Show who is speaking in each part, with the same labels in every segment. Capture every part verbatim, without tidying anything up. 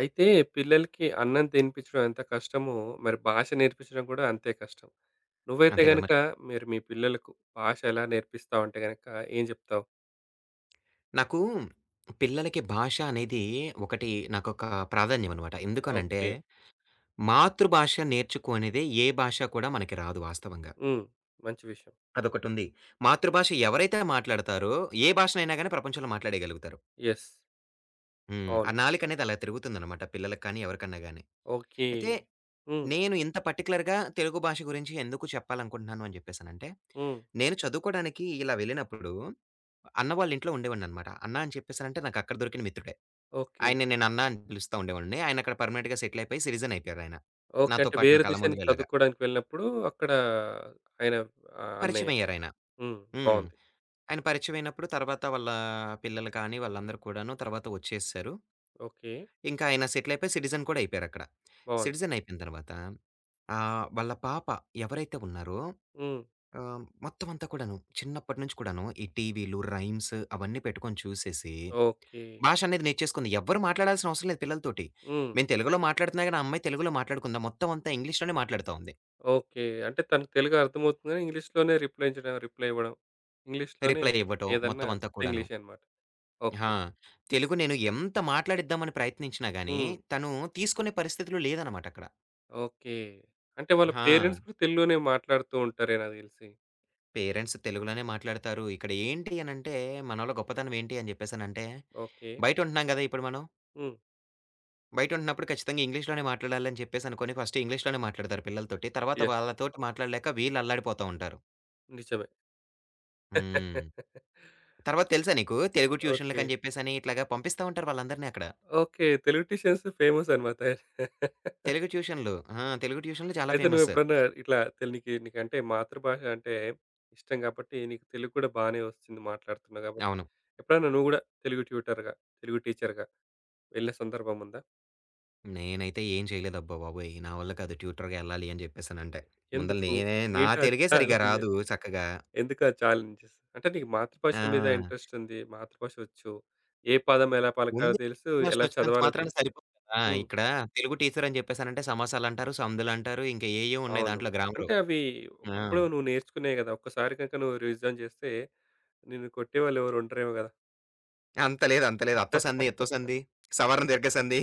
Speaker 1: అయితే పిల్లలకి అన్నం తినిపించడం ఎంత కష్టమో, మరి భాష నేర్పించడం కూడా అంతే కష్టం. నువ్వైతే
Speaker 2: అంతే కదా
Speaker 1: గనక
Speaker 2: మరి.
Speaker 1: మీరు మీ పిల్లలకు భాష ఎలా నేర్పిస్తావంటే గనక ఏం చెప్తావు?
Speaker 2: నాకు పిల్లలకి భాష అనేది ఒకటి నాకొక ప్రాధాన్యమనమాట. ఎందుకనంటే,
Speaker 1: ఓకే.
Speaker 2: మాతృభాష నేర్చుకునేదే ఏ భాష కూడా మనకి రాదు వాస్తవంగా.
Speaker 1: హ్మ్. మంచి విషయం.
Speaker 2: అదొకటుంది. మాతృభాష ఎవరైతే మాట్లాడతారో, ఏ భాషనైనా గాని ప్రపంచంలో మాట్లాడేయగలుగుతారు.
Speaker 1: యెస్.
Speaker 2: హ్మ్. ఆ
Speaker 1: అవును.
Speaker 2: నాలుకనేది అలా తిరుగుతుందనమాట పిల్లలకి కానీ, ఎవరికన్నా గాని.
Speaker 1: ఓకే.
Speaker 2: అయితే
Speaker 1: హ్మ్.
Speaker 2: నేను ఇంత పర్టిక్యులర్‌గా తెలుగు భాష గురించి ఎందుకు చెప్పాలనుకుంటున్నాను అని జెప్పేసనంటే,
Speaker 1: హ్మ్.
Speaker 2: నేను చదువుకోడానికి ఇలా వెళ్ళినప్పుడు అన్న వాళ్ళ ఇంట్లో ఉండేవాడిననమాట. అన్న అని చెప్పేసనంటే నాకక్కడ దొరికిన మిత్రుడే.
Speaker 1: ఓకే.
Speaker 2: ఆయన్ని నేను అన్నా అని పిలుస్తా ఉండేవాడిని. ఆయనక్కడ పర్మనెంట్‌గా సెటిల్ అయిపోయి సిటిజన్ అయిపోయారాయన.
Speaker 1: ఓకే.
Speaker 2: నాతో
Speaker 1: అంటే
Speaker 2: పాటు నా
Speaker 1: వేరే
Speaker 2: కళ్ళ
Speaker 1: దేశానికి
Speaker 2: ముందులే ఇలాగా.
Speaker 1: చదువుకోవడానికి వెళ్ళినప్పుడు అక్కడ ఆయన ఆహ్, అన్నయ్య.
Speaker 2: పరిచయమయ్యారాయన.
Speaker 1: హ్మ్.
Speaker 2: హ్మ్.
Speaker 1: బావుంది.
Speaker 2: ఆయన పరిచయమైనప్పుడు తర్వాత వాళ్ళ పిల్లలు కానీ, వాళ్ళందరూ కూడాను తర్వాత వచ్చేసేసారు.
Speaker 1: ఓకే.
Speaker 2: ఇంకా ఆయన సెటిల్ అయిపోయి సిటిజన్ కూడా అయిపోయారక్కడ.
Speaker 1: బావుంది.
Speaker 2: సిటిజన్ అయిపోయిన తర్వాత ఆహ్, వాళ్ళ పాప ఎవరైతే ఉన్నారో
Speaker 1: హ్మ్.
Speaker 2: ఆహ్, మొత్తం అంతా కూడాను చిన్నప్పటి నుంచి కూడాను ఈ టీవీలు, రైమ్స్ అవన్నీ పెట్టుకొని చూసేసి
Speaker 1: ఓకే.
Speaker 2: భాష అనేది నేర్చేసుకుంది. ఎవ్వరు మాట్లాడాల్సిన అవసరం లేదు పిల్లలతోటి.
Speaker 1: హ్మ్.
Speaker 2: మేము తెలుగులో మాట్లాడుతున్నా గాని, ఆ అమ్మాయి తెలుగులో మాట్లాడకుండా మొత్తం అంతా ఇంగ్లీష్‌లోనే మాట్లాడుతా ఉంది.
Speaker 1: ఓకే. అంటే తనకు తెలుగు అర్థమవుతుంది గాని, ఇంగ్లీష్‌లోనే రిప్లై ఇచ్చడం రిప్లై ఇవ్వడం. ఇంగ్లీష్‌లోనే
Speaker 2: రిప్లై ఇవ్వటం
Speaker 1: ఏదన్నా
Speaker 2: మొత్తం అంతా కూడాను.
Speaker 1: ఇంగ్లీషే అన్నమాట. ఓకే.
Speaker 2: ఆ! తెలుగు నేను ఎంత మాట్లాడిద్దామని ప్రయత్నించినా గాని,
Speaker 1: హ్మ్.
Speaker 2: తను తీసుకునే పరిస్థితులు లేదనమాట అక్కడ.
Speaker 1: ఓకే. అంటే వాళ్ళ
Speaker 2: ఆ!
Speaker 1: పేరెంట్స్ కూడా తెలుగులోనే మాట్లాడుతూ ఉంటారే నాకు తెలిసి.
Speaker 2: పేరెంట్స్ తెలుగులోనే మాట్లాడతారు. ఇక్కడ ఏంటి అనంటే, మనోళ్ళ గొప్పతనం ఏంటి అని చెప్పేసనంటే,
Speaker 1: ఓకే.
Speaker 2: బయట ఉంటున్నాం గదా! ఇప్పుడు మనం.
Speaker 1: హ్మ్.
Speaker 2: బయట ఉంటున్నప్పుడు ఖచ్చితంగా ఇంగ్లీష్‌లోనే మాట్లాడాలి అని చెప్పేసి అనుకోని, ఫస్ట్ ఇంగ్లీష్‌లోనే మాట్లాడతారు పిల్లలతోటి. తర్వాత
Speaker 1: యెస్.
Speaker 2: వాళ్ళతోటి మాట్లాడలేక వీళ్ళు అల్లాడిపోతా ఉంటారు.
Speaker 1: నిజమే.
Speaker 2: హ్మ్. తర్వాత తెలుసా నీకు? తెలుగు
Speaker 1: ఓకే.
Speaker 2: ట్యూషన్‌లకని జెప్పేసని ఇట్లాగా పంపిస్తా ఉంటారు వాళ్ళందరిని అక్కడ.
Speaker 1: ఓకే. తెలుగు ట్యూషన్స్ ఫేమస్ అన్నమాట.
Speaker 2: తెలుగు ట్యూషన్‌లు. ఆ! తెలుగు ట్యూషన్‌లు చాలా
Speaker 1: అయితే
Speaker 2: ఫేమస్.
Speaker 1: నువ్వెప్పుడన్నా ఇట్లా తెల్ నీకి నీకంటే మాతృభాష అంటే ఇష్టం కాబట్టి, నీకు తెలుగు కూడా బానే వస్తుంది మాట్లాడుతున్నావు కాబట్టి,
Speaker 2: అవును.
Speaker 1: ఎప్పుడన్నా నువ్వు గూడా తెలుగు ట్యూటర్‌గా, తెలుగు టీచర్‌గా వెళ్ళే సందర్భముందా?
Speaker 2: నేనైతే ఏం చేయలేదు అబ్బా బాబోయ్! నా వల్ల కాదు ట్యూటర్‌గా ఎళ్ళాలి అని జెప్పేసనంటే. ముందల
Speaker 1: ఎందుకు?
Speaker 2: నేనే నా
Speaker 1: ఏంటా
Speaker 2: తెలుగే సరిగ్గా
Speaker 1: ఛాలెంజ్?
Speaker 2: రాదు చక్కగా.
Speaker 1: ఎందుకా ఛాలెంజెస్? అంటే నీకు మాతృభాష మీద
Speaker 2: ఆ!
Speaker 1: ఇంట్రెస్టుంది. మాతృభాష వచ్చు. ఏ పదం ఎలా పలకాలో
Speaker 2: ఉంది.
Speaker 1: తెలుసు. ఎలా
Speaker 2: భాషనొచ్చినంత
Speaker 1: చదవాలో
Speaker 2: మాత్రాన
Speaker 1: తెలుసు.
Speaker 2: సరిపోదు కదా!
Speaker 1: హ్మ్.
Speaker 2: ఇక్కడ తెలుగు టీచర్ అని జెప్పేసనంటే సమాసాలంటారు, సందులంటారు ఇంకా ఏయేవో ఉన్నాయి
Speaker 1: అవును.
Speaker 2: దాంట్లో గ్రామరు.
Speaker 1: అంటే అవి
Speaker 2: ఆ!
Speaker 1: ఒకప్పుడు నువ్వు నేర్చుకునేయి గదా! ఒక్కసారి గనుక నువ్వు రివిజన్ జేస్తే నిన్ను కొట్టేవాళ్ళు ఎవరు ఉండరేమో గదా!
Speaker 2: అంత లేదు. అంత లేదు. అత్తో సంధి, ఇత్తో సంధి, సవర్ణ దీర్ఘ సంధి.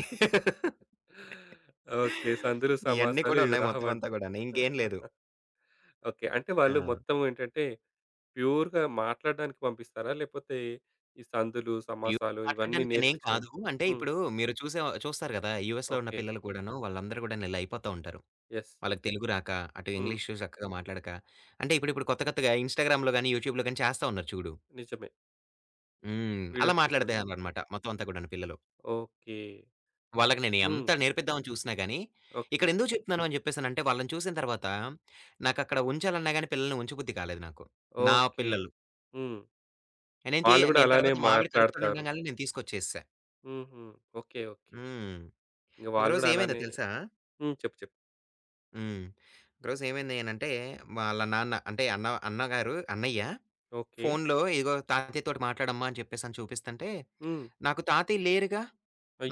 Speaker 1: ఓకే. సందులు,
Speaker 2: ఇయన్నీ
Speaker 1: సమాసాలు
Speaker 2: కూడా
Speaker 1: ఇవి
Speaker 2: ఉన్నాయి మొత్తం అంతా
Speaker 1: రావంటూ.
Speaker 2: గూడాను. ఇంకేం లేదు.
Speaker 1: ఓకే. అంటే
Speaker 2: ఆ!
Speaker 1: వాళ్ళు మొత్తం ఏంటంటే ప్యూర్‌గా మాట్లాడడానికి పంపిస్తారా? లేపోతే ఈ సందులు,
Speaker 2: ప్యూర్
Speaker 1: సమాసాలు ఇవన్నీ
Speaker 2: మాట్లాడడానికి అనేం కాదు.
Speaker 1: నేర్పించడానికి.
Speaker 2: అంటే
Speaker 1: హ్మ్.
Speaker 2: ఇప్పుడు మీరు చూసే చూస్తారు గదా! యూఎస్‌లో ఉన్న
Speaker 1: ఓకే.
Speaker 2: పిల్లలు కూడాను వాళ్ళందరూ గూడాను ఇలా అయిపోతా ఉంటారు.
Speaker 1: యెస్.
Speaker 2: వాళ్ళకి తెలుగు రాక, అటు
Speaker 1: హ్మ్.
Speaker 2: ఇంగ్లీషు చక్కగా మాట్లాడక అంటే ఇప్పుడిప్పుడు కొత్త కొత్తగా ఇన్‌స్టాగ్రామ్‌లో గాని, యూట్యూబ్‌లో గాని చేస్తా ఉన్నారు చూడు.
Speaker 1: నిజమే.
Speaker 2: హ్మ్. అలా
Speaker 1: వీడియోస్ తీసుకుంటా.
Speaker 2: మాట్లాడతారనమాట మొత్తం అంతా గూడాను పిల్లలు.
Speaker 1: ఓకే.
Speaker 2: వాళ్ళకి నేను
Speaker 1: హ్మ్.
Speaker 2: ఎంత నేర్పిద్దామని చూసినా గాని,
Speaker 1: ఓకే.
Speaker 2: ఇక్కడెందుకు చెప్తున్నాను అని చెప్పేసనంటే వాళ్ళని చూసిన తర్వాత నాకక్కడ ఉంచాలన్నా గాని పిల్లల్ని ఉంచబుద్ధి కాలేదు నాకు. నా
Speaker 1: ఓకే.
Speaker 2: పిల్లలు.
Speaker 1: హ్మ్.
Speaker 2: నేను తీ
Speaker 1: వాళ్ళు గూడా
Speaker 2: నేను
Speaker 1: అలానే
Speaker 2: తర్వాత మా ఆవిడ కడుపుతోని
Speaker 1: మాట్లాడతారు.
Speaker 2: ఉండంగానే నేను తీసుకొచ్చేసా.
Speaker 1: హుహు. ఓకే. ఓకే.
Speaker 2: హ్మ్.
Speaker 1: ఇంగ వాళ్ళు
Speaker 2: ఒకరోజు
Speaker 1: గూడా
Speaker 2: ఏమైందో
Speaker 1: అలానే.
Speaker 2: తెలుసా?
Speaker 1: హ్మ్. చెప్పు. చెప్పు.
Speaker 2: హ్మ్. ఒకరోజు ఏమైంది అనంటే, వాళ్ళ నాన్న అంటే అన్న అన్నగారు అన్నయ్య
Speaker 1: ఓకే.
Speaker 2: ఫోన్‌లో ఇదిగో తాతయ్యతోటి మాట్లాడమ్మా అని చెప్పేసని చూపిస్తంటే,
Speaker 1: హ్మ్.
Speaker 2: నాకు తాతయ్య లేరుగా,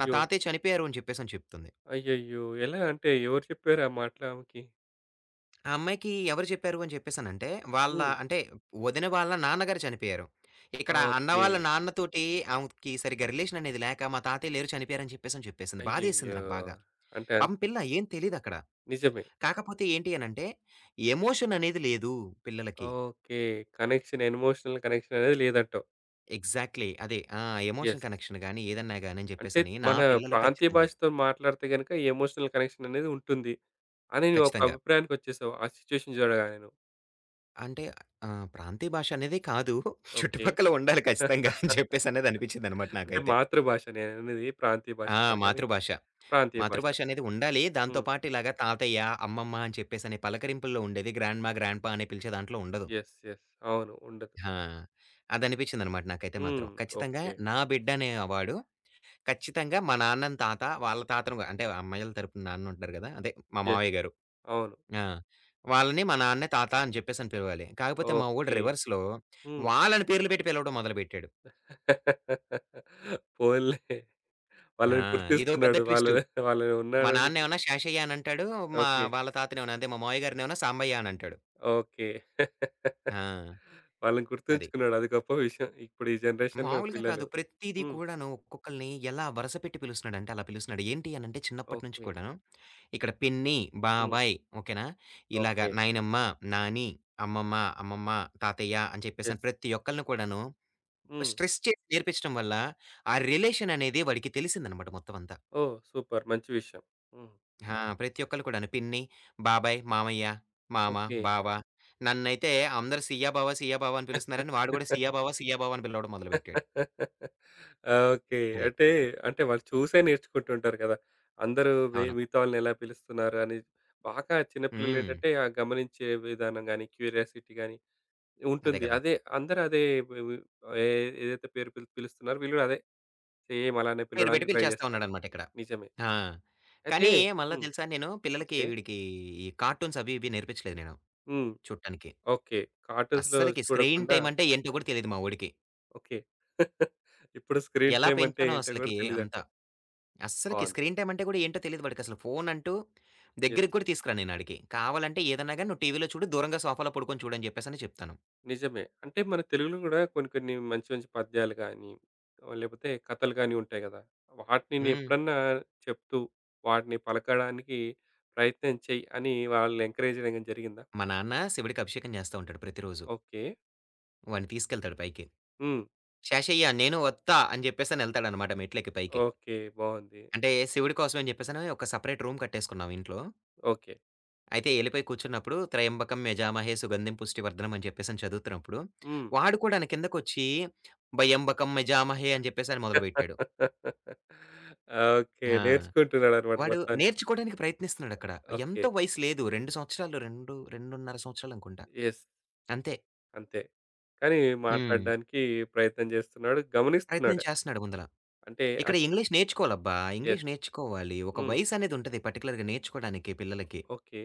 Speaker 2: నా తాతయ్య చనిపోయారు అని చెప్పేసని చెప్తుంది.
Speaker 1: అయ్యయ్యో! ఎలా అంటే ఎవరు చెప్పారు ఆ మాటలు ఆమెకి?
Speaker 2: ఆ అమ్మాయికి ఎవరు చెప్పారు అని చెప్పేసనంటే, వాళ్ళ
Speaker 1: హ్మ్.
Speaker 2: అంటే వదిన వాళ్ళ నాన్నగారు చనిపోయారు. ఇక్కడ అన్న
Speaker 1: ఓకే.
Speaker 2: వాళ్ళ నాన్నతోటి ఆమెకి సరిగ్గా రిలేషన్ అనేది లేక, మా తాతయ్య లేరు చనిపోయారు అని చెప్పేసని చెప్పేసింది. బాధేసింది
Speaker 1: అయ్యయ్యో!
Speaker 2: నాకు బాగా.
Speaker 1: అంటే అన్
Speaker 2: పాపం పిల్ల ఏం తెలీదక్కడ.
Speaker 1: నిజమే.
Speaker 2: కాకపోతే ఏంటి అనంటే, ఎమోషన్ అనేది లేదు పిల్లలకి.
Speaker 1: ఓకే. కనెక్షన్ ఎమోషనల్ కనెక్షన్ అనేది లేదంటావు.
Speaker 2: ఎగ్జాక్ట్‌లీ. అదే. ఆ! Emotion
Speaker 1: yes.
Speaker 2: కనెక్షన్ గాని, ఏదన్నా గాని అని
Speaker 1: అంటే
Speaker 2: చెప్పేసని నా
Speaker 1: మన
Speaker 2: పిల్లలు
Speaker 1: ప్రాంతీయ
Speaker 2: ఖచ్చితంగా.
Speaker 1: భాషతో మాట్లాడితే గనుక ఎమోషనల్ కనెక్షన్ అనేది ఉంటుంది. అని నువ్వు ఒక
Speaker 2: ఖచ్చితంగా.
Speaker 1: అభిప్రాయానికొచ్చేసావు. ఆ సిట్యుయేషన్ చూడగానే నువ్వు.
Speaker 2: అంటే ఆహ్, ప్రాంతీయ భాష అనేది కాదు.
Speaker 1: ఓకే.
Speaker 2: చుట్టుపక్కల ఉండాలి ఖచ్చితంగా అని చెప్పేసనేది అనిపించిందనమాట
Speaker 1: అంటే
Speaker 2: నాకైతే.
Speaker 1: మాతృభాష నేననేది ప్రాంతీయ భాష
Speaker 2: ఆ!
Speaker 1: కాదు గానీ,
Speaker 2: మాతృభాష.
Speaker 1: ప్రాంతీయ భాష.
Speaker 2: మాతృభాష అనేది ఉండాలి. దాంతో
Speaker 1: హ్మ్.
Speaker 2: పాటు ఇలాగ తాతయ్య, అమ్మమ్మ అని చెప్పేసని పలకరింపుల్లో ఉండేది. గ్రాండ్‌మా, గ్రాండ్‌పా అని పిలిచే దాంట్లో ఉండదు.
Speaker 1: యెస్. యెస్. అవును. ఉండదు.
Speaker 2: ఆ! అదనిపించిందనమాట నాకైతే
Speaker 1: హ్మ్.
Speaker 2: మాత్రం. ఖచ్చితంగా.
Speaker 1: ఓకే.
Speaker 2: నా బిడ్డ అనేవాడు ఖచ్చితంగా మా నాన్నని తాత, వాళ్ళ తాతను గూడా అంటే అమ్మాయిల తరపున నాన్న ఉంటున్నారు గదా! అదే మా
Speaker 1: యెస్.
Speaker 2: మావయ్య గారు.
Speaker 1: అవును.
Speaker 2: ఆ! వాళ్ళని మా నాన్నే తాత అని చెప్పేసని పిలవాలి. కాకపోతే మా వోడు
Speaker 1: ఓకే.
Speaker 2: రివర్స్‌లో
Speaker 1: హ్మ్.
Speaker 2: వాళ్ళని పేర్లు పెట్టి పిలవడం మొదలుపెట్టాడు.
Speaker 1: పోనీలే.
Speaker 2: ఆ!
Speaker 1: వాళ్ళని
Speaker 2: ఇదో పెద్ద
Speaker 1: గుర్తిస్తున్నాడు. వాళ్ళు
Speaker 2: ట్విస్టు.
Speaker 1: వాళ్ళు
Speaker 2: మా
Speaker 1: ఉన్నారని.
Speaker 2: నాన్నేమన్నా శాషయ్య అనంటాడు. మా
Speaker 1: ఓకే.
Speaker 2: వాళ్ళ తాతనేమన్నా అదే మా మావయ్య గారినేమన్నా సాంబయ్య అనంటాడు.
Speaker 1: ఓకే.
Speaker 2: ఆ!
Speaker 1: వాళ్ళని
Speaker 2: అది.
Speaker 1: గుర్తుంచుకున్నాడు. అది గొప్ప విషయం. ఇప్పుడు ఈ జనరేషన్‌లో
Speaker 2: మామూలుగా కాదు.
Speaker 1: పిల్లలు.
Speaker 2: ప్రతీది
Speaker 1: హ్మ్.
Speaker 2: కూడాను ఒక్కొక్కళ్ళని ఎలా వరసపెట్టి పిలుస్తున్నాడంటే అలా పిలుస్తున్నాడు. ఏంటి అనంటే చిన్నప్పటి నుంచి
Speaker 1: ఓకే.
Speaker 2: కూడాను ఇక్కడ పిన్ని,
Speaker 1: హ్మ్.
Speaker 2: బాబాయ్ ఓకేనా? ఇలాగ
Speaker 1: ఓకే.
Speaker 2: నాయనమ్మ, నాని, అమ్మమ్మ, అమ్మమ్మ, తాతయ్య అని చెప్పేసని
Speaker 1: యెస్.
Speaker 2: ప్రతి ఒక్కళ్ళని కూడాను
Speaker 1: హ్మ్.
Speaker 2: స్ట్రెస్ చేసి నేర్పించడం వల్ల, ఆ రిలేషన్ అనేది వాడికి తెలిసిందనమాట మొత్తం అంతా.
Speaker 1: ఓహ్! సూపర్. మంచి విషయం. హ్మ్.
Speaker 2: ఆ! ప్రతి ఒక్కళ్ళు కూడాను పిన్ని, బాబాయ్, మామయ్య, మామ,
Speaker 1: ఓకే.
Speaker 2: బావ నన్నైతే అందరూ సియ్య బావ, సియ్య బావ అని పిలుస్తున్నారని వాడు కూడా సియ్య బావ, సియ్య బావ అని పిలవడం మొదలుపెట్టాడు.
Speaker 1: ఓకే.
Speaker 2: అది.
Speaker 1: అంటే, అంటే వాళ్ళు చూసే నేర్చుకుంటుంటారు కదా! అందరూ మి
Speaker 2: అవును.
Speaker 1: మిగతా వాళ్ళని ఎలా పిలుస్తున్నారు అని బాగా చిన్న
Speaker 2: హ్మ్.
Speaker 1: పిల్లలేంటంటే, ఆ గమనించే విధానం గాని, క్యూరియాసిటీ గాని
Speaker 2: అదే
Speaker 1: ఉంటుంది.
Speaker 2: కదా!
Speaker 1: అదే అందరూ అదే వి వి ఏ ఏదైతే పేరు పిలు పిలుస్తున్నారో వీళ్ళు కూడా అదే సేమ్ అలానే
Speaker 2: పేరు పెట్టి
Speaker 1: పిలవడానికి ట్రై
Speaker 2: పిలిచేస్తా
Speaker 1: జేస్తా ఉంటా.
Speaker 2: ఉన్నాడనమాట ఇక్కడ.
Speaker 1: నిజమే.
Speaker 2: ఆ!
Speaker 1: అయితే
Speaker 2: కానీ మళ్ళా
Speaker 1: హ్మ్.
Speaker 2: తెలుసా నేను పిల్లలకి
Speaker 1: ఓకే.
Speaker 2: వీడికి ఈ కార్టూన్స్ అవి ఇవి నేర్పించలేదు నేను
Speaker 1: హ్మ్.
Speaker 2: చూడటానికి.
Speaker 1: ఓకే. కార్టూన్స్‌లో
Speaker 2: అస్సలకి స్క్రీన్
Speaker 1: చూడకుండా.
Speaker 2: టైమ్ అంటే ఏంటో కూడా తెలీదు మా వోడికి.
Speaker 1: ఓకే. ఇప్పుడు స్క్రీన్
Speaker 2: ఎలా
Speaker 1: టైమ్ అంటే
Speaker 2: పెంచానో
Speaker 1: ఏంటో గూడా
Speaker 2: అసలకి అంతా.
Speaker 1: తెలీదంటావు.
Speaker 2: అస్సలకి
Speaker 1: బావుంది.
Speaker 2: స్క్రీన్ టైమ్ అంటే కూడా ఏంటో తెలీదు వాడికసలు. ఫోన్ అంటూ
Speaker 1: యెస్.
Speaker 2: దగ్గరికి కూడా తీసుకురాను నేను ఆడికి. కావాలంటే ఏదన్నా గాని నువ్వు టీవీలో చూడు, దూరంగా సోఫాలో పడుకొని చూడు అని చెప్పేసని చెప్తాను.
Speaker 1: నిజమే. అంటే మన తెలుగులో గూడా కొన్ని కొన్ని మంచి మంచి పద్యాలు గానీ, లేపోతే కథలు గానీ ఉంటాయి గదా! వాటిని
Speaker 2: హ్మ్.
Speaker 1: నేనెప్పుడన్నా చెప్తూ, వాటిని పలకడానికి ప్రయత్నం చెయ్యి అని వాళ్ళు ఎంకరేజ్ జేయడం గాని జరిగిందా?
Speaker 2: మా నాన్న శివుడికి అభిషేకం చేస్తా ఉంటాడు ప్రతిరోజు.
Speaker 1: ఓకే.
Speaker 2: వాడిని తీసుకెళ్తాడు పైకి.
Speaker 1: హ్మ్.
Speaker 2: "శేషయ్య నేను వత్తా" అని చెప్పేసని ఎళ్తాడనమాట మెట్లెక్కి పైకి.
Speaker 1: ఓకే. బావుంది.
Speaker 2: అంటే శివుడి కోసం అని చెప్పేసని ఒక సెపరేట్ రూమ్ కట్టేసుకున్నాం ఇంట్లో.
Speaker 1: ఓకే.
Speaker 2: అయితే ఎళ్ళిపోయి కూర్చున్నప్పుడు త్రయంబకం యజామహే సుగంధిం పుష్టివర్ధనం అని చెప్పేసని చదువుతున్నప్పుడు,
Speaker 1: హ్మ్.
Speaker 2: వాడు కూడాను కిందకొచ్చి భయంబకం యజామహే అని చెప్పేసని మొదలుపెట్టాడు.
Speaker 1: ఓకే.
Speaker 2: ఆ!
Speaker 1: నేర్చుకుంటున్నాడనమాట
Speaker 2: వాడు
Speaker 1: మొత్తానికి.
Speaker 2: నేర్చుకోవడానికి ప్రయత్నిస్తున్నాడక్కడ.
Speaker 1: ఓకే.
Speaker 2: ఎంతో వయసు లేదు. రెండు సంవత్సరాలు రెండు, రెండున్నర సంవత్సరాలు అనుకుంటా.
Speaker 1: యెస్.
Speaker 2: అంతే.
Speaker 1: అంతే. కానీ
Speaker 2: హ్మ్.
Speaker 1: మాట్లాడడానికి ప్రయత్నం జేస్తున్నాడు.
Speaker 2: ప్రయత్నం
Speaker 1: గమనిస్తున్నాడు.
Speaker 2: చేస్తున్నాడు ముందల.
Speaker 1: అంటే
Speaker 2: ఇక్కడ
Speaker 1: అచ్
Speaker 2: ఇంగ్లీష్ నేర్చుకోవాలబ్బా! English
Speaker 1: yes.
Speaker 2: నేర్చుకోవాలి. ఒక
Speaker 1: హ్మ్.
Speaker 2: వయసు అనేది ఉంటది పర్టిక్యులర్‌గా నేర్చుకోవడానికి పిల్లలకి.
Speaker 1: ఓకే.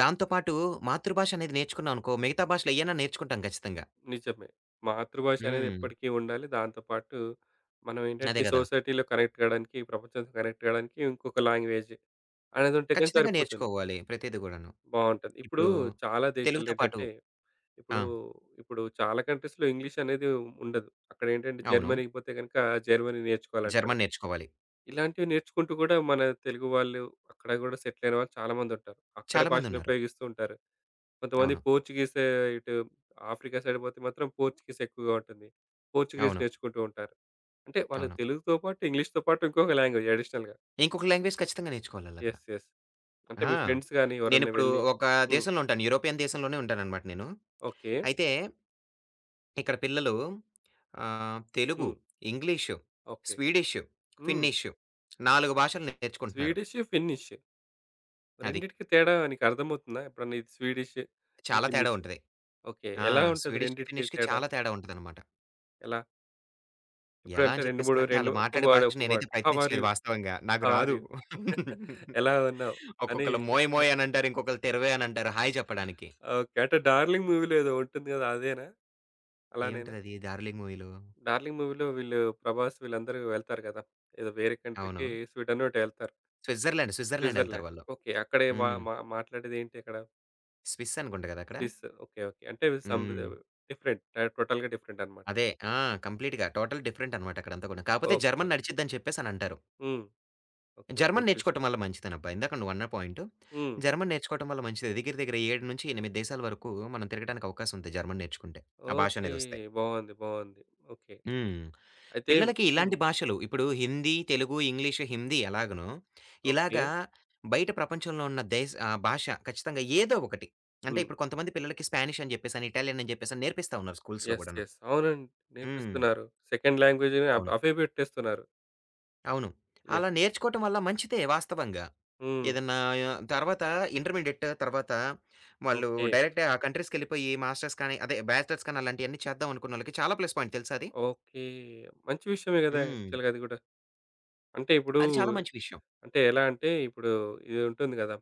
Speaker 2: దాంతో పాటు మాతృభాష అనేది నేర్చుకున్నావనుకో, మిగతా భాషలు ఏయన్నా నేర్చుకుంటాం ఖచ్చితంగా.
Speaker 1: నిజమే. మాతృభాష అనేది
Speaker 2: హ్మ్.
Speaker 1: ఎప్పటికీ ఉండాలి. దాంతో పాటు మనం
Speaker 2: అదే
Speaker 1: ఏంటంటే
Speaker 2: గదా!
Speaker 1: సొసైటీలో కనెక్ట్ కావడానికి, ప్రపంచంతో కనెక్ట్ కావడానికి ఇంకొక లాంగ్వేజ్ అనేది ఉంటే కానీ
Speaker 2: ఖచ్చితంగా
Speaker 1: సరిపోతుంది.
Speaker 2: నేర్చుకోవాలి ప్రతీది గూడాను.
Speaker 1: బావుంటది. ఇప్పుడు
Speaker 2: ఇప్పుడు
Speaker 1: చాలా దేశాల్లో
Speaker 2: తెలుగుతో పాటు
Speaker 1: ఏంటంటే
Speaker 2: ఆ!
Speaker 1: ఇప్పుడు, ఇప్పుడు చాలా కంట్రీస్‌లో ఇంగ్లీష్ అనేది ఉండదు. అక్కడేంటంటే
Speaker 2: అవును.
Speaker 1: జర్మనీకి పోతే గనుక జర్మనీ నేర్చుకోవాలంటారు.
Speaker 2: జర్మన్ నేర్చుకోవాలి.
Speaker 1: ఇలాంటివి నేర్చుకుంటూ కూడా మన తెలుగు వాళ్ళు అక్కడ కూడా సెటిల్ అయిన వాళ్ళు చాలామందుంటారు. అక్కడే
Speaker 2: చాలా
Speaker 1: భాషను
Speaker 2: మందున్నారు.
Speaker 1: ఉపయోగిస్తూ ఉంటారు. కొంతమంది
Speaker 2: అవును.
Speaker 1: పోర్చుగీస్ ఇటు ఆఫ్రికా సైడ్ పోతే మాత్రం పోర్చుగీస్ ఎక్కువగా ఉంటుంది. పోర్చుగీస్
Speaker 2: అవును.
Speaker 1: నేర్చుకుంటూ ఉంటారు. అంటే వాళ్ళకి
Speaker 2: అవును.
Speaker 1: తెలుగుతో పాటు ఇంగ్లీష్‌తో పాటు ఇంకొక లాంగ్వేజ్ అడిషనల్‌గా.
Speaker 2: ఇంకొక లాంగ్వేజ్ ఖచ్చితంగా నేర్చుకోవాలాళ్ళక్కడ.
Speaker 1: యెస్. యెస్. అంటే
Speaker 2: ఆ!
Speaker 1: మీ ఫ్రెండ్స్ గాని ఎవరన్నా
Speaker 2: నేనిప్పుడు
Speaker 1: వెళ్లి
Speaker 2: ఒక
Speaker 1: హ్మ్.
Speaker 2: దేశంలో ఉంటాను. యూరోపియన్ దేశంలోనే ఉంటాననమాట నేను.
Speaker 1: ఓకే.
Speaker 2: అయితే ఇక్కడ పిల్లలు ఆహ్, తెలుగు,
Speaker 1: హ్మ్.
Speaker 2: English,
Speaker 1: okay.
Speaker 2: స్వీడిషు,
Speaker 1: హ్మ్.
Speaker 2: ఫిన్నిషు నాలుగు భాషలు నేర్చుకుంటున్నారు.
Speaker 1: Swedish, Finnish.
Speaker 2: అది.
Speaker 1: రెండిటికి తేడా నీకర్థమవుతుందా? ఎప్పుడన్నా ఇది స్వీడిష్, ఇది
Speaker 2: చాలా తేడా
Speaker 1: ఫిన్నిష్.
Speaker 2: ఉంటది.
Speaker 1: ఓకే.
Speaker 2: ఆ!
Speaker 1: ఎలా ఉంటది
Speaker 2: స్వీడిష్‌కి,
Speaker 1: రెండిటికి
Speaker 2: ఫిన్నిష్‌కి
Speaker 1: తేడా?
Speaker 2: చాలా తేడా ఉంటదనమాట.
Speaker 1: ఎలా?
Speaker 2: ఎలా
Speaker 1: ఎప్పుడంటే
Speaker 2: అని
Speaker 1: రెండు, మూడు
Speaker 2: చెప్పేసానంటే,
Speaker 1: రెండు
Speaker 2: ఆళ్ళు
Speaker 1: ఒక్క
Speaker 2: మాట్లాడే
Speaker 1: వర్డ్,
Speaker 2: భాష
Speaker 1: ఒక్క
Speaker 2: నేనైతే
Speaker 1: వర్డ్. హౌ ఆర్
Speaker 2: ప్రయత్నించలేదు
Speaker 1: యూ?
Speaker 2: వాస్తవంగా. నాకు
Speaker 1: హౌ ఆర్
Speaker 2: రాదు.
Speaker 1: యూ? ఎలా ఉన్నావు? అని
Speaker 2: ఒక్కొక్కళ్ళు మోయ్ మోయ్ అనంటారు. ఇంకొకళ్ళు తెరవే అనంటారు హాయ్ చెప్పడానికి.
Speaker 1: ఓకే. అంటే 'డార్లింగ్' మూవీలో ఏదో ఉంటుంది గదా! అదేనా? అలానేనా?
Speaker 2: ఏముంటదది 'డార్లింగ్' మూవీలో.
Speaker 1: 'డార్లింగ్' మూవీలో వీళ్ళు 'ప్రభాస్' వీళ్ళందరూ వెళ్తారు గదా! ఏదో వేరే
Speaker 2: అవును.
Speaker 1: కంట్రీకి స్వీడనో ఎటో ఎళ్తారు.
Speaker 2: స్విట్జర్లాండ్, స్విట్జర్లాండ్ ఎళ్తారు
Speaker 1: స్విట్జర్లాండ్.
Speaker 2: వాళ్ళు.
Speaker 1: ఓకే. అక్కడే మా
Speaker 2: హ్మ్.
Speaker 1: మా మాట్లాడేదేంటి అక్కడ?
Speaker 2: స్విస్ అనుకుంట గదా! అక్కడ.
Speaker 1: స్విస్. ఓకే. ఓకే. అంటే సమ్
Speaker 2: హ్మ్.
Speaker 1: డిఫరెంట్. టోటల్‌గా డిఫరెంట్ అన్నమాట.
Speaker 2: అదే. ఆ! కంప్లీట్‌గా టోటల్ డిఫరెంట్ అనమాట అక్కడంతా కూడా. కాపోతే
Speaker 1: ఓకే.
Speaker 2: జర్మన్ నడిచిద్దని చెప్పేసనంటారు.
Speaker 1: హ్మ్. ఓకే.
Speaker 2: జర్మన్
Speaker 1: మంచి విషయం.
Speaker 2: నేర్చుకోవటం వల్ల మంచిదనబ్బా. ఇందాక నువ్వన్న పాయింటు.
Speaker 1: హ్మ్.
Speaker 2: జర్మన్ నేర్చుకోవటం వల్ల మంచిది. దగ్గర దగ్గర ఏడు నుంచి ఎనిమిది దేశాల వరకు మనం తిరగటానికి అవకాశం ఉంది జర్మన్ నేర్చుకుంటే. ఆ భాష
Speaker 1: ఓకే.
Speaker 2: అనేదొస్తే.
Speaker 1: బావుంది. బావుంది. ఓకే.
Speaker 2: హ్మ్.
Speaker 1: అయితే
Speaker 2: పిల్లలకి
Speaker 1: హ్మ్.
Speaker 2: ఇలాంటి భాషలు ఇప్పుడు హిందీ, తెలుగు, ఇంగ్లీషు, హిందీ ఎలాగనో,
Speaker 1: ఓకే.
Speaker 2: ఇలాగా బయట ప్రపంచంలో ఉన్న దేశ్ ఆహ్, భాష ఖచ్చితంగా ఏదో ఒకటి. అంటే
Speaker 1: హ్మ్.
Speaker 2: ఇప్పుడు కొంతమంది పిల్లలకి స్పానిష్ అని చెప్పేసని, ఇటాలియన్ అని చెప్పేసని నేర్పిస్తా ఉన్నారు స్కూల్స్‌లో
Speaker 1: యెస్.
Speaker 2: కూడాను.
Speaker 1: యెస్. అవునండి.
Speaker 2: హ్మ్.
Speaker 1: నేర్పిస్తున్నారు. సెకండ్ లాంగ్వేజ్ అవ్
Speaker 2: అవును.
Speaker 1: అవే పెట్టేస్తున్నారు.
Speaker 2: అవును. అలా
Speaker 1: యెస్.
Speaker 2: నేర్చుకోవటం వల్ల మంచిదే వాస్తవంగా.
Speaker 1: హ్మ్.
Speaker 2: ఏదన్నా తర్వాత ఇంటర్మీడియేట్ తర్వాత వాళ్ళు
Speaker 1: ఓకే.
Speaker 2: డైరెక్టే ఆ కంట్రీస్‌కెళ్ళిపోయి మాస్టర్స్ కానీ, అదే బ్యాచిలర్స్ కానీ అలాంటియన్నీ చేద్దాం అనుకున్నోళ్ళకి చాలా ప్లస్ పాయింట్ తెలుసా అది?
Speaker 1: ఓకే. మంచి విషయమే గదా!
Speaker 2: హ్మ్.
Speaker 1: యాక్చువల్‌గా అది గూడా. అంటే ఇప్పుడు
Speaker 2: అది చాలా మంచి విషయం.
Speaker 1: అంటే ఎలా అంటే ఇప్పుడు ఇది ఉంటుంది గదా!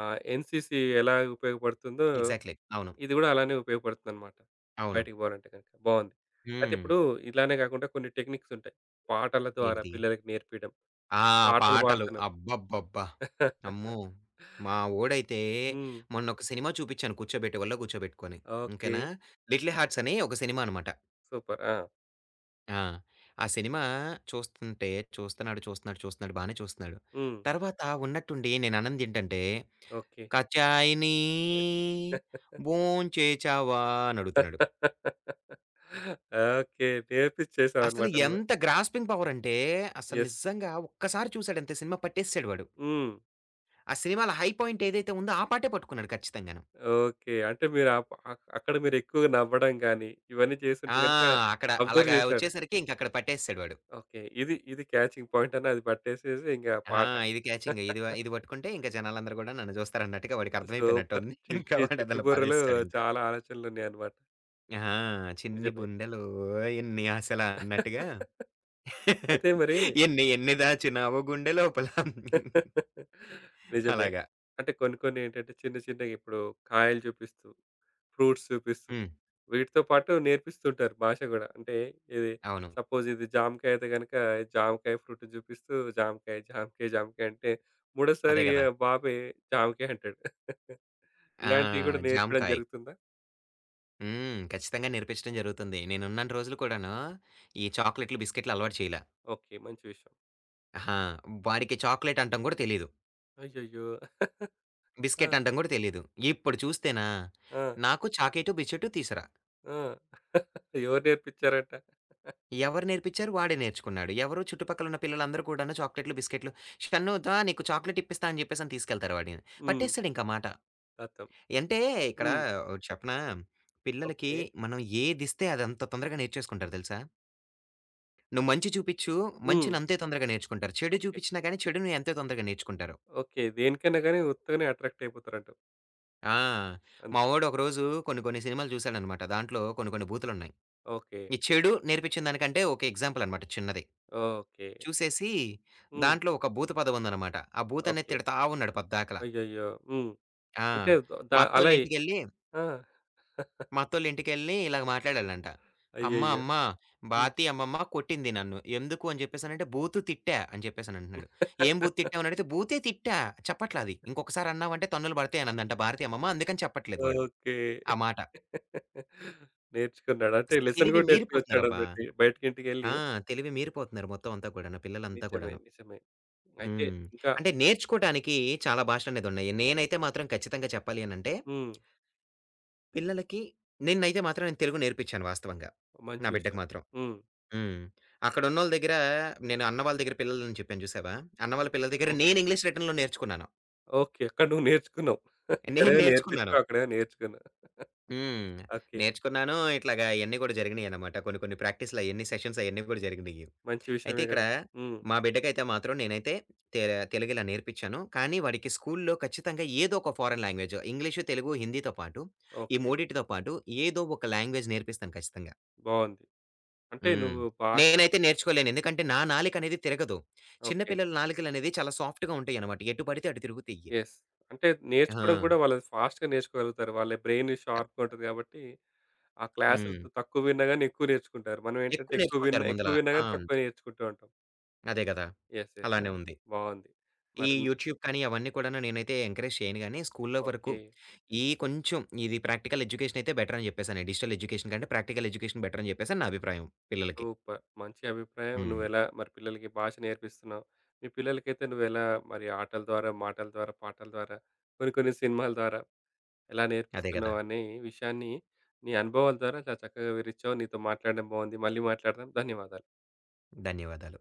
Speaker 1: ఆహ్, ఎన్‌సీసీ ఎలా ఉపయోగపడుతుందో
Speaker 2: ఎగ్జాక్ట్‌లీ. అవును.
Speaker 1: ఇది గూడా అలానే ఉపయోగపడుతుందన్నమాట.
Speaker 2: అవును.
Speaker 1: బయటికి పోవాలంటే గనుక. బావుంది. అయితే
Speaker 2: హ్మ్.
Speaker 1: ఇప్పుడు ఇలానే గాకుండా కొన్ని టెక్నిక్స్ ఉంటాయి. పాటల ద్వారా
Speaker 2: ఏంటిది?
Speaker 1: పిల్లలకి నేర్పియడం.
Speaker 2: ఆ!
Speaker 1: పాటలు
Speaker 2: పాటలు.
Speaker 1: పాడుతున్నాం.
Speaker 2: అబ్బబ్బబ్బా! అమ్మో! మా వోడైతే
Speaker 1: హ్మ్.
Speaker 2: మొన్నొక సినిమా చూపించాను కూర్చోబెట్టేవాళ్ళో కూర్చోబెట్టుకొని.
Speaker 1: ఓకే.
Speaker 2: ఓకేనా? 'లిటిల్ హార్ట్స్' అని ఒక సినిమా అనమాట.
Speaker 1: సూపర్. ఆ!
Speaker 2: ఆ! ఆ సినిమా చూస్తుంటే చూస్తున్నాడు, చూస్తున్నాడు, చూస్తున్నాడు బానే చూస్తున్నాడు.
Speaker 1: హ్మ్.
Speaker 2: తర్వాత ఉన్నట్టుండి నేనన్నదేంటంటే,
Speaker 1: ఓకే.
Speaker 2: "కచాయిని భోంచేచావా" అనడుగుతున్నాడు.
Speaker 1: ఓకే. నేర్పిచ్చేసావన్నమాట
Speaker 2: అసలు
Speaker 1: నువ్వు.
Speaker 2: ఎంత గ్రాస్పింగ్ పవరంటే అసలు
Speaker 1: యెస్.
Speaker 2: నిజంగా ఒక్కసారి చూసాడంతే సినిమా పట్టేసేసాడు వాడు.
Speaker 1: హ్మ్.
Speaker 2: ఆ సినిమాలో హై పాయింట్ ఏదైతే ఉందో ఆ పాటే పట్టుకున్నాడు ఖచ్చితంగాను.
Speaker 1: ఓకే. అంటే మీరు అప్ అక్ అక్కడ మీరెక్కువగా నవ్వడం గాని, ఇవన్నీ చేసుంటే
Speaker 2: ఆ!
Speaker 1: గనుక
Speaker 2: అక్కడ
Speaker 1: అబ్జర్వ్
Speaker 2: అలాగా
Speaker 1: చేశాడు.
Speaker 2: వచ్చేసరికి ఇంకక్కడ పట్టేసేసాడు వాడు.
Speaker 1: ఓకే. ఇది ఇది క్యాచింగ్ పాయింట్ అని అది పట్టేసేసి ఇంగ
Speaker 2: ఆ!
Speaker 1: పాట.
Speaker 2: ఇది క్యాచింగ్ ఇది వ ఇది పట్టుకుంటే ఇంక జనాలందరూ కూడా నన్ను చూస్తారన్నట్టుగా
Speaker 1: సూపర్.
Speaker 2: వాడికర్థమైపోయినట్టుంది. ఇంకా
Speaker 1: చిట్టి చిట్టి
Speaker 2: వాడదలా
Speaker 1: బుర్రలో
Speaker 2: పాడేసేసాడింక.
Speaker 1: చాలా ఆలోచనలున్నాయన్నమాట.
Speaker 2: ఆ! చిన్ని
Speaker 1: నిజమే.
Speaker 2: బుండెలోయ్ ఎన్ని ఆశలా అన్నట్టుగా
Speaker 1: అయితే మరి
Speaker 2: ఎన్ని ఎన్ని దాచినావో గుండె లోపల
Speaker 1: నిజమే.
Speaker 2: అలాగా.
Speaker 1: అంటే కొన్ని కొన్ని ఏంటంటే చిన్న చిన్నగా ఇప్పుడు కాయలు చూపిస్తూ, ఫ్రూట్స్ చూపిస్తూ,
Speaker 2: హ్మ్.
Speaker 1: వీటితో పాటు నేర్పిస్తుంటారు భాష గూడా. అంటే ఇది
Speaker 2: అవును.
Speaker 1: సపోజ్ ఇది జామకాయ అయితే గనక జామకాయ ఫ్రూట్ చూపిస్తూ జామకాయ, జామకాయ, జామకాయ అంటే
Speaker 2: అదే
Speaker 1: మూడోసారి
Speaker 2: గదా!
Speaker 1: ఆ బాబే జామకాయ అంటాడు.
Speaker 2: ఆ!
Speaker 1: ఇలాంటివి గూడా నేర్పడం
Speaker 2: జామకాయ.
Speaker 1: జరుగుతుందా?
Speaker 2: హ్మ్. ఖచ్చితంగా నేర్పించడం జరుగుతుంది. నేనున్నన్ని రోజులు కూడాను ఈ చాక్లెట్లు, బిస్కెట్లు అలవాటు చేయలా.
Speaker 1: ఓకే. మంచి విషయం.
Speaker 2: ఆహా! వాడికి చాక్లెట్ అంటం గూడా తెలీదు.
Speaker 1: అయ్యయ్యో! ఆ!
Speaker 2: బిస్కెట్ అంటం గూడా తెలీదు. ఇప్పుడు చూస్తేనా
Speaker 1: ఆ!
Speaker 2: నాకు చాకేటు, బిస్కెటు తీసురా.
Speaker 1: ఆ! ఎవరు నేర్పించారట?
Speaker 2: ఎవరు నేర్పించారు? వాడే నేర్చుకున్నాడు. ఎవరు చుట్టుపక్కలున్న పిల్లలందరూ కూడాను చాక్లెట్లు, బిస్కెట్లు "షన్ను దా నీకు చాక్లెట్ ఇప్పిస్తా" అని చెప్పేసని తీసుకెళ్తారు వాడిని.
Speaker 1: హ్మ్.
Speaker 2: పట్టేస్తాడు ఇంక మాట.
Speaker 1: ఖతం.
Speaker 2: అంటే ఇక్కడ
Speaker 1: హ్మ్.
Speaker 2: ఒకటి చెప్పనా? పిల్లలకి
Speaker 1: ఓకే.
Speaker 2: మనం ఏదిస్తే అది అంత తొందరగా నేర్చేసుకుంటారు తెలుసా? నువ్వు మంచి చూపిచ్చు,
Speaker 1: హ్మ్.
Speaker 2: మంచిని అంతే తొందరగా నేర్చుకుంటారు. చెడు
Speaker 1: ఓకే.
Speaker 2: చూపించినా గాని చెడుని అంతే తొందరగా నేర్చుకుంటారు.
Speaker 1: ఓకే. దేనికైనా గాని ఉత్తగానే అట్రాక్ట్ అయిపోతారంటావు.
Speaker 2: ఆ! మా
Speaker 1: అంతే.
Speaker 2: వోడు ఒకరోజు కొన్ని కొన్ని సినిమాలు చూసాడనమాట. దాంట్లో కొన్ని కొన్ని బూతులున్నాయి.
Speaker 1: ఓకే.
Speaker 2: ఈ చెడు నేర్పించిన దానికంటే ఒక ఎగ్జాంపుల్ అనమాట చిన్నది.
Speaker 1: ఓకే.
Speaker 2: చూసేసి
Speaker 1: హ్మ్.
Speaker 2: దాంట్లో ఒక బూత పదముందనమాట. ఆ బూతనేది
Speaker 1: ఓకే.
Speaker 2: తిడతా ఉన్నాడు పద్దాకల.
Speaker 1: అయ్యయ్యో! హ్మ్.
Speaker 2: ఆ!
Speaker 1: అంటే ద ద
Speaker 2: మా
Speaker 1: అలా ఎ
Speaker 2: అత్తోళ్ళింటికెళ్ళి,
Speaker 1: ఆ!
Speaker 2: మా అత్తోళ్ళింటికెళ్ళి ఇలాగ మాట్లాడాలంట. "అమ్మ,
Speaker 1: అయ్యయ్యో!
Speaker 2: అమ్మ
Speaker 1: హ్మ్.
Speaker 2: బాతి అమ్మమ్మ కొట్టింది నన్ను. ఎందుకు" అని చెప్పేసనంటే, "బూతు తిట్టా" అని చెప్పేసనంటున్నాడు. "ఏం బూతు తిట్టావు" అని అడిగితే, "బూతే తిట్టా. చెప్పట్లా అది. ఇంకొకసారి అన్నావంటే తన్నులు పడతాయి" అనందంట భారతి అమ్మమ్మ. అందుకని చెప్పట్లేదు వాడు
Speaker 1: ఓకే.
Speaker 2: ఆ మాట.
Speaker 1: నేర్చుకున్నాడు. అంటే
Speaker 2: అసలు
Speaker 1: లెసన్
Speaker 2: తెలివి
Speaker 1: గూడా
Speaker 2: మీరిపోతున్నారబ్బా!
Speaker 1: నేర్చుకొనొచ్చాడన్నట్టు. బయటికింటికెళ్ళి
Speaker 2: ఆ! తెలివి మీరిపోతున్నారు మొత్తం అంతా కూడాను. పిల్లలంతా
Speaker 1: నిజమే.
Speaker 2: కూడాను.
Speaker 1: నిజమే. అయితే
Speaker 2: హ్మ్.
Speaker 1: ఇంకా
Speaker 2: అంటే నేర్చుకోటానికి చాలా భాషలనేదున్నాయి. నేనైతే మాత్రం ఖచ్చితంగా చెప్పాలి అనంటే,
Speaker 1: హ్మ్.
Speaker 2: పిల్లలకి నిన్నైతే మాత్రం నేను తెలుగు నేర్పిచ్చాను వాస్తవంగా.
Speaker 1: మంచి
Speaker 2: నా బిడ్డకి
Speaker 1: విషయం.
Speaker 2: మాత్రం.
Speaker 1: హ్మ్.
Speaker 2: హ్మ్. అక్కడున్నోళ్ళ దగ్గర నేను అన్న వాళ్ళ దగ్గర పిల్లలని చెప్పాను చూసావా? అన్న వాళ్ళ పిల్లల దగ్గర నేను
Speaker 1: ఓకే.
Speaker 2: ఇంగ్లీష్ రిటన్‌లో నేర్చుకున్నాను.
Speaker 1: ఓకే. అక్కడ నువ్వు నేర్చుకున్నావు.
Speaker 2: నేను
Speaker 1: ఇక్కడేమో
Speaker 2: నేర్చుకున్నాను.
Speaker 1: నేర్పించావు. అక్కడేమో నేర్చుకున్నావు.
Speaker 2: హ్మ్.
Speaker 1: ఓకే.
Speaker 2: నేర్చుకున్నాను. ఇట్లాగా అయన్నీ కూడా జరిగినియనమాట. కొన్ని కొన్ని ప్రాక్టీస్‌లయన్నీ సెషన్స్ అయన్నీ కూడా జరిగినియి.
Speaker 1: మంచి
Speaker 2: అయితే
Speaker 1: విషయమే
Speaker 2: ఇక్కడ
Speaker 1: గదా! హ్మ్.
Speaker 2: మా బిడ్డకైతే మాత్రం నేనైతే తె తెలుగు ఇలా నేర్పించాను. కానీ వాడికి స్కూల్‌లో ఖచ్చితంగా ఏదో ఒక ఫారెన్ లాంగ్వేజ్ ఇంగ్లీషు, తెలుగు, హిందీతో పాటు ఈ
Speaker 1: ఓకే.
Speaker 2: మూడిటితో పాటు ఏదో ఒక లాంగ్వేజ్ నేర్పిస్తాను ఖచ్చితంగా.
Speaker 1: బావుంది. అంటే
Speaker 2: హ్మ్.
Speaker 1: నువ్వు భాష
Speaker 2: నేనైతే నేర్చుకోలేను. ఎందుకంటే నా నాలుక అనేది తిరగదు. చిన్న
Speaker 1: ఓకే.
Speaker 2: పిల్లల నాలుకలనేవి చాలా సాఫ్ట్‌గా ఉంటాయన్నమాట. ఎటు పడితే అటు తిరుగుతాయి.
Speaker 1: యెస్. అంటే
Speaker 2: ఆ!
Speaker 1: నేర్చుకోవడం కూడా వాళ్ళు ఫాస్ట్‌గా నేర్చుకోగలుగుతారు. వాళ్ళ బ్రెయిన్ షార్ప్‌గా ఉంటది కాబట్టి, ఆ క్లాసులు త
Speaker 2: హ్మ్.
Speaker 1: తక్కువ విన్నా గాని ఎక్కువ నేర్చుకుంటారు. మనం ఏంటంటే
Speaker 2: ఎక్కువ
Speaker 1: ఎక్కువ విన్నా
Speaker 2: నేర్చుకుంటారు ముందల.
Speaker 1: ఎక్కువ విన్నా
Speaker 2: ఆ!
Speaker 1: గాని తక్కువ నేర్చుకుంటూ ఉంటాం.
Speaker 2: అదే గదా!
Speaker 1: యెస్. యెస్. ఆ!
Speaker 2: అలానే ఉంది.
Speaker 1: బావుంది.
Speaker 2: ఈ
Speaker 1: మరి న్-
Speaker 2: యూట్యూబ్ కానీ అవన్నీ కూడాను నేనైతే ఎంకరేజ్ చేయను గానీ, స్కూల్లో వరకు
Speaker 1: ఓకే.
Speaker 2: ఈ కొంచెం ఇది ప్రాక్టికల్ ఎడ్యుకేషన్ అయితే బెటర్ అని చెప్పేసని. డిజిటల్ ఎడ్యుకేషన్ కంటే ప్రాక్టికల్ ఎడ్యుకేషన్ బెటర్ అని చెప్పేసని నా అభిప్రాయం పిల్లలకి.
Speaker 1: సూపర్. మంచి అభిప్రాయం.
Speaker 2: హ్మ్.
Speaker 1: నువ్వెలా మరి పిల్లలకి భాష నేర్పిస్తున్నావు. మీ పిల్లలకైతే నువ్వెలా మరి ఆటల ద్వారా, మాటల ద్వారా, పాటల ద్వారా, కొన్ని కొన్ని సినిమాల ద్వారా ఎలా
Speaker 2: అదే గదా!
Speaker 1: నేర్పిస్తున్నావు అనే విషయాన్ని నీ అనుభవాల ద్వారా చాలా చక్కగా వివరించావు. నీతో మాట్లాడడం బాగుంది. మళ్ళీ మాట్లాడదాం. ధన్యవాదాలు.
Speaker 2: ధన్యవాదాలు.